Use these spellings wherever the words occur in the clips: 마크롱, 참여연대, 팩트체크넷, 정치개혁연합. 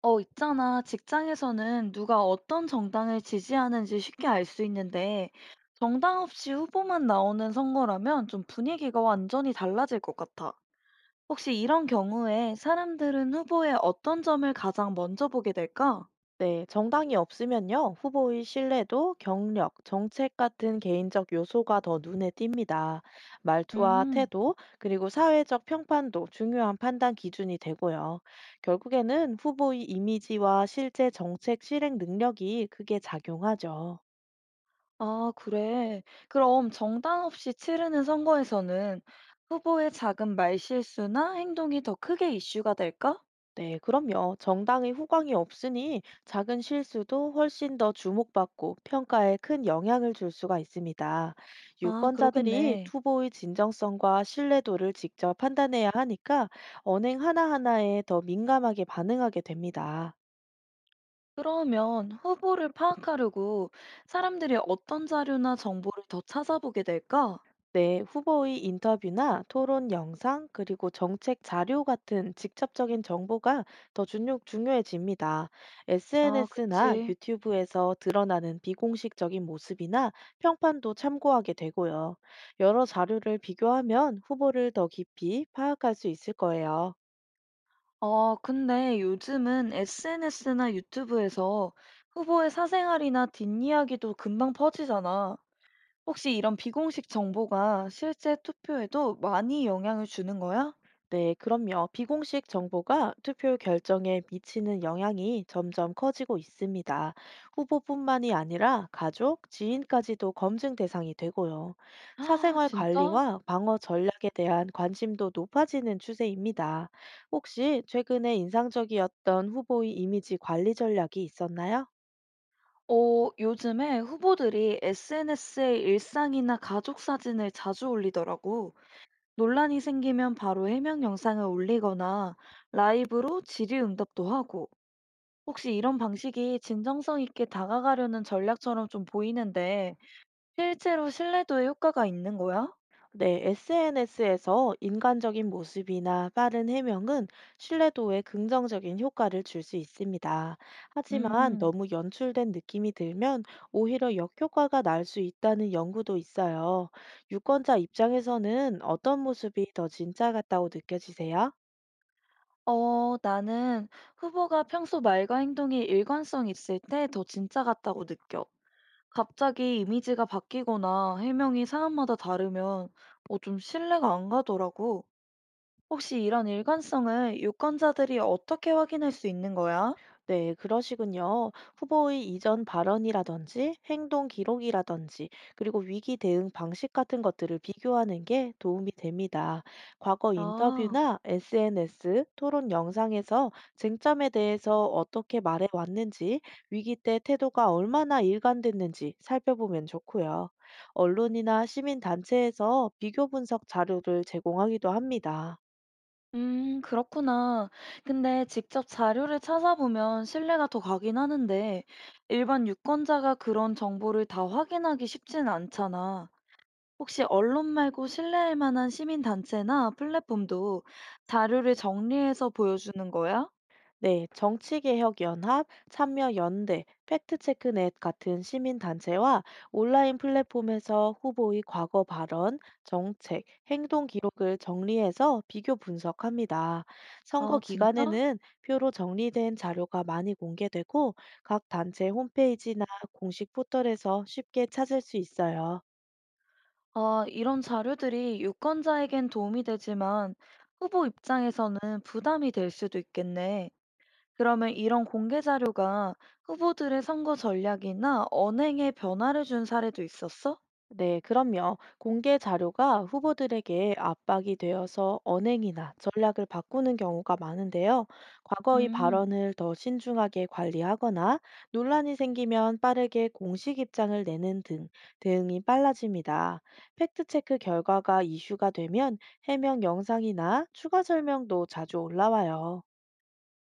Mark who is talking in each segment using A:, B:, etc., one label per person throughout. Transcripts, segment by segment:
A: 있잖아. 직장에서는 누가 어떤 정당을 지지하는지 쉽게 알 수 있는데, 정당 없이 후보만 나오는 선거라면 좀 분위기가 완전히 달라질 것 같아. 혹시 이런 경우에 사람들은 후보의 어떤 점을 가장 먼저 보게 될까?
B: 네, 정당이 없으면요, 후보의 신뢰도, 경력, 정책 같은 개인적 요소가 더 눈에 띕니다. 말투와
A: 음,
B: 태도, 그리고 사회적 평판도 중요한 판단 기준이 되고요. 결국에는 후보의 이미지와 실제 정책 실행 능력이 크게 작용하죠.
A: 아, 그래. 그럼 정당 없이 치르는 선거에서는 후보의 작은 말실수나 행동이 더 크게 이슈가 될까?
B: 네, 그럼요. 정당의 후광이 없으니 작은 실수도 훨씬 더 주목받고 평가에 큰 영향을 줄 수가 있습니다.
A: 아,
B: 유권자들이
A: 그러겠네.
B: 투보의 진정성과 신뢰도를 직접 판단해야 하니까 언행 하나하나에 더 민감하게 반응하게 됩니다.
A: 그러면 후보를 파악하려고 사람들이 어떤 자료나 정보를 더 찾아보게 될까?
B: 네, 후보의 인터뷰나 토론 영상, 그리고 정책 자료 같은 직접적인 정보가 중요해집니다.
A: 아,
B: SNS나
A: 그치.
B: 유튜브에서 드러나는 비공식적인 모습이나 평판도 참고하게 되고요. 여러 자료를 비교하면 후보를 더 깊이 파악할 수 있을 거예요.
A: 아, 근데 요즘은 SNS나 유튜브에서 후보의 사생활이나 뒷이야기도 금방 퍼지잖아. 혹시 이런 비공식 정보가 실제 투표에도 많이 영향을 주는 거야?
B: 네, 그럼요. 비공식 정보가 투표 결정에 미치는 영향이 점점 커지고 있습니다. 후보뿐만이 아니라 가족, 지인까지도 검증 대상이 되고요.
A: 아,
B: 사생활
A: 진짜?
B: 관리와 방어 전략에 대한 관심도 높아지는 추세입니다. 혹시 최근에 인상적이었던 후보의 이미지 관리 전략이 있었나요?
A: 요즘에 후보들이 SNS에 일상이나 가족 사진을 자주 올리더라고. 논란이 생기면 바로 해명 영상을 올리거나 라이브로 질의 응답도 하고 혹시 이런 방식이 진정성 있게 다가가려는 전략처럼 좀 보이는데 실제로 신뢰도에 효과가 있는 거야?
B: 네, SNS에서 인간적인 모습이나 빠른 해명은 신뢰도에 긍정적인 효과를 줄 수 있습니다. 하지만
A: 음,
B: 너무 연출된 느낌이 들면 오히려 역효과가 날 수 있다는 연구도 있어요. 유권자 입장에서는 어떤 모습이 더 진짜 같다고 느껴지세요?
A: 나는 후보가 평소 말과 행동이 일관성 있을 때 더 진짜 같다고 느껴. 갑자기 이미지가 바뀌거나 해명이 사람마다 다르면 좀 신뢰가 안 가더라고. 혹시 이런 일관성을 유권자들이 어떻게 확인할 수 있는 거야?
B: 네, 그러시군요. 후보의 이전 발언이라든지 행동 기록이라든지 그리고 위기 대응 방식 같은 것들을 비교하는 게 도움이 됩니다. 과거
A: 아,
B: 인터뷰나 SNS, 토론 영상에서 쟁점에 대해서 어떻게 말해왔는지, 위기 때 태도가 얼마나 일관됐는지 살펴보면 좋고요. 언론이나 시민단체에서 비교 분석 자료를 제공하기도 합니다.
A: 그렇구나. 근데 직접 자료를 찾아보면 신뢰가 더 가긴 하는데, 일반 유권자가 그런 정보를 다 확인하기 쉽진 않잖아. 혹시 언론 말고 신뢰할 만한 시민단체나 플랫폼도 자료를 정리해서 보여주는 거야?
B: 네, 정치개혁연합, 참여연대, 팩트체크넷 같은 시민단체와 온라인 플랫폼에서 후보의 과거 발언, 정책, 행동 기록을 정리해서 비교 분석합니다. 선거
A: 아, 진짜?
B: 기간에는 표로 정리된 자료가 많이 공개되고 각 단체 홈페이지나 공식 포털에서 쉽게 찾을 수 있어요.
A: 아, 이런 자료들이 유권자에겐 도움이 되지만 후보 입장에서는 부담이 될 수도 있겠네. 그러면 이런 공개 자료가 후보들의 선거 전략이나 언행에 변화를 준 사례도 있었어?
B: 네, 그럼요. 공개 자료가 후보들에게 압박이 되어서 언행이나 전략을 바꾸는 경우가 많은데요. 과거의
A: 음,
B: 발언을 더 신중하게 관리하거나 논란이 생기면 빠르게 공식 입장을 내는 등 대응이 빨라집니다. 팩트체크 결과가 이슈가 되면 해명 영상이나 추가 설명도 자주 올라와요.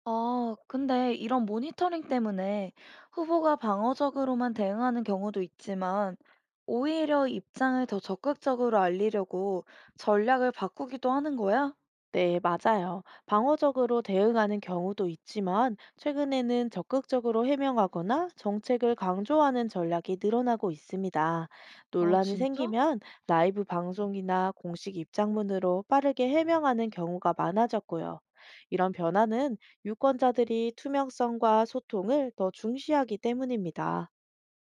A: 아, 근데 이런 모니터링 때문에 후보가 방어적으로만 대응하는 경우도 있지만 오히려 입장을 더 적극적으로 알리려고 전략을 바꾸기도 하는 거야?
B: 네, 맞아요. 방어적으로 대응하는 경우도 있지만, 최근에는 적극적으로 해명하거나 정책을 강조하는 전략이 늘어나고 있습니다.
A: 아,
B: 논란이
A: 진짜?
B: 생기면 라이브 방송이나 공식 입장문으로 빠르게 해명하는 경우가 많아졌고요. 이런 변화는 유권자들이 투명성과 소통을 더 중시하기 때문입니다.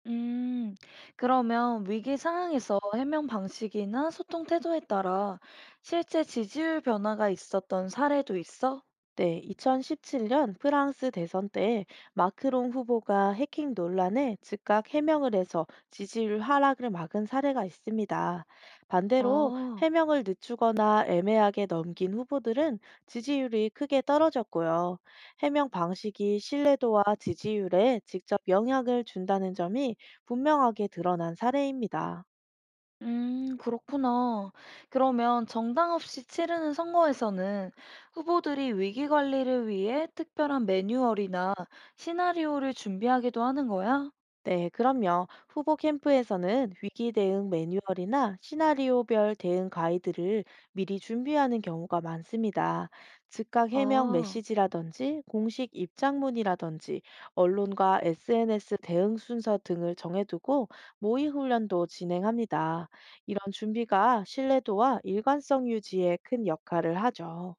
A: 음, 그러면 위기 상황에서 해명 방식이나 소통 태도에 따라 실제 지지율 변화가 있었던 사례도 있어?
B: 네, 2017년 프랑스 대선 때 마크롱 후보가 해킹 논란에 즉각 해명을 해서 지지율 하락을 막은 사례가 있습니다. 반대로
A: 아,
B: 해명을 늦추거나 애매하게 넘긴 후보들은 지지율이 크게 떨어졌고요. 해명 방식이 신뢰도와 지지율에 직접 영향을 준다는 점이 분명하게 드러난 사례입니다.
A: 그렇구나. 그러면 정당 없이 치르는 선거에서는 후보들이 위기 관리를 위해 특별한 매뉴얼이나 시나리오를 준비하기도 하는 거야?
B: 네, 그럼요. 후보 캠프에서는 위기 대응 매뉴얼이나 시나리오별 대응 가이드를 미리 준비하는 경우가 많습니다. 즉각 해명
A: 아.
B: 메시지라든지 공식 입장문이라든지 언론과 SNS 대응 순서 등을 정해두고 모의 훈련도 진행합니다. 이런 준비가 신뢰도와 일관성 유지에 큰 역할을 하죠.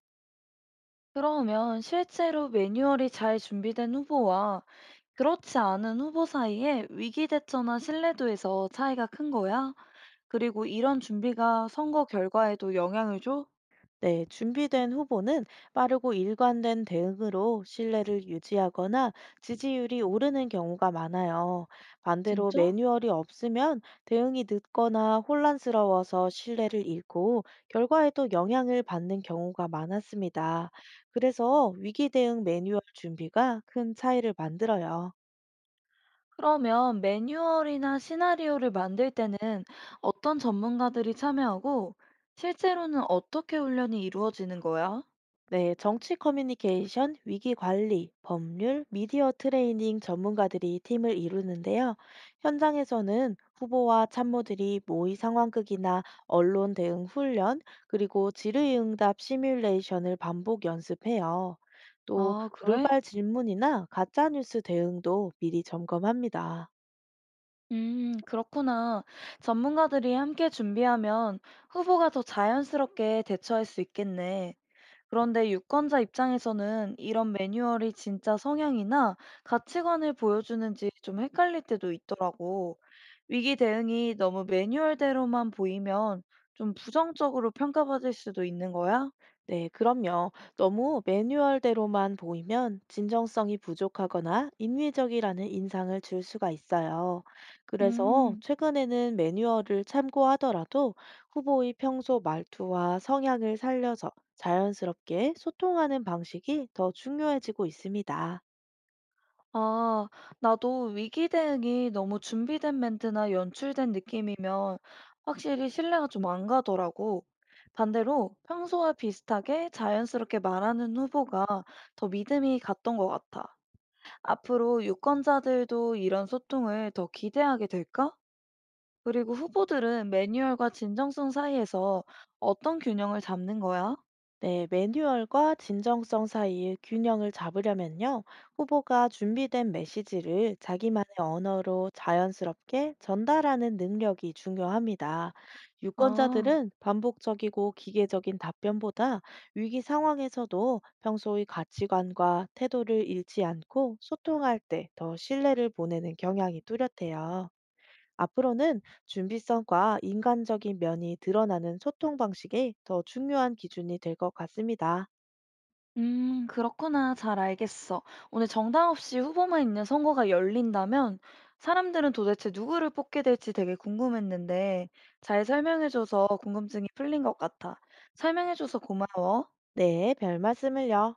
A: 그러면 실제로 매뉴얼이 잘 준비된 후보와 그렇지 않은 후보 사이에 위기 대처나 신뢰도에서 차이가 큰 거야? 그리고 이런 준비가 선거 결과에도 영향을 줘?
B: 네, 준비된 후보는 빠르고 일관된 대응으로 신뢰를 유지하거나 지지율이 오르는 경우가 많아요. 반대로
A: 진짜?
B: 매뉴얼이 없으면 대응이 늦거나 혼란스러워서 신뢰를 잃고 결과에도 영향을 받는 경우가 많았습니다. 그래서 위기 대응 매뉴얼 준비가 큰 차이를 만들어요.
A: 그러면 매뉴얼이나 시나리오를 만들 때는 어떤 전문가들이 참여하고 실제로는 어떻게 훈련이 이루어지는 거야?
B: 네, 정치 커뮤니케이션, 위기 관리, 법률, 미디어 트레이닝 전문가들이 팀을 이루는데요. 현장에서는 후보와 참모들이 모의 상황극이나 언론 대응 훈련, 그리고 질의응답 시뮬레이션을 반복 연습해요. 또
A: 아, 그래?
B: 돌발 질문이나 가짜뉴스 대응도 미리 점검합니다.
A: 그렇구나. 전문가들이 함께 준비하면 후보가 더 자연스럽게 대처할 수 있겠네. 그런데 유권자 입장에서는 이런 매뉴얼이 진짜 성향이나 가치관을 보여주는지 좀 헷갈릴 때도 있더라고. 위기 대응이 너무 매뉴얼대로만 보이면 좀 부정적으로 평가받을 수도 있는 거야?
B: 네, 그럼요. 너무 매뉴얼대로만 보이면 진정성이 부족하거나 인위적이라는 인상을 줄 수가 있어요. 그래서
A: 음.
B: 최근에는 매뉴얼을 참고하더라도 후보의 평소 말투와 성향을 살려서 자연스럽게 소통하는 방식이 더 중요해지고 있습니다.
A: 아, 나도 위기 대응이 너무 준비된 멘트나 연출된 느낌이면 확실히 신뢰가 좀 안 가더라고. 반대로 평소와 비슷하게 자연스럽게 말하는 후보가 더 믿음이 갔던 것 같아. 앞으로 유권자들도 이런 소통을 더 기대하게 될까? 그리고 후보들은 매뉴얼과 진정성 사이에서 어떤 균형을 잡는 거야?
B: 네, 매뉴얼과 진정성 사이의 균형을 잡으려면요, 후보가 준비된 메시지를 자기만의 언어로 자연스럽게 전달하는 능력이 중요합니다.
A: 아.
B: 유권자들은 반복적이고 기계적인 답변보다 위기 상황에서도 평소의 가치관과 태도를 잃지 않고 소통할 때 더 신뢰를 보내는 경향이 뚜렷해요. 앞으로는 준비성과 인간적인 면이 드러나는 소통 방식이 더 중요한 기준이 될 것 같습니다.
A: 그렇구나. 잘 알겠어. 오늘 정당 없이 후보만 있는 선거가 열린다면 사람들은 도대체 누구를 뽑게 될지 되게 궁금했는데 잘 설명해줘서 궁금증이 풀린 것 같아. 설명해줘서 고마워.
B: 네, 별 말씀을요.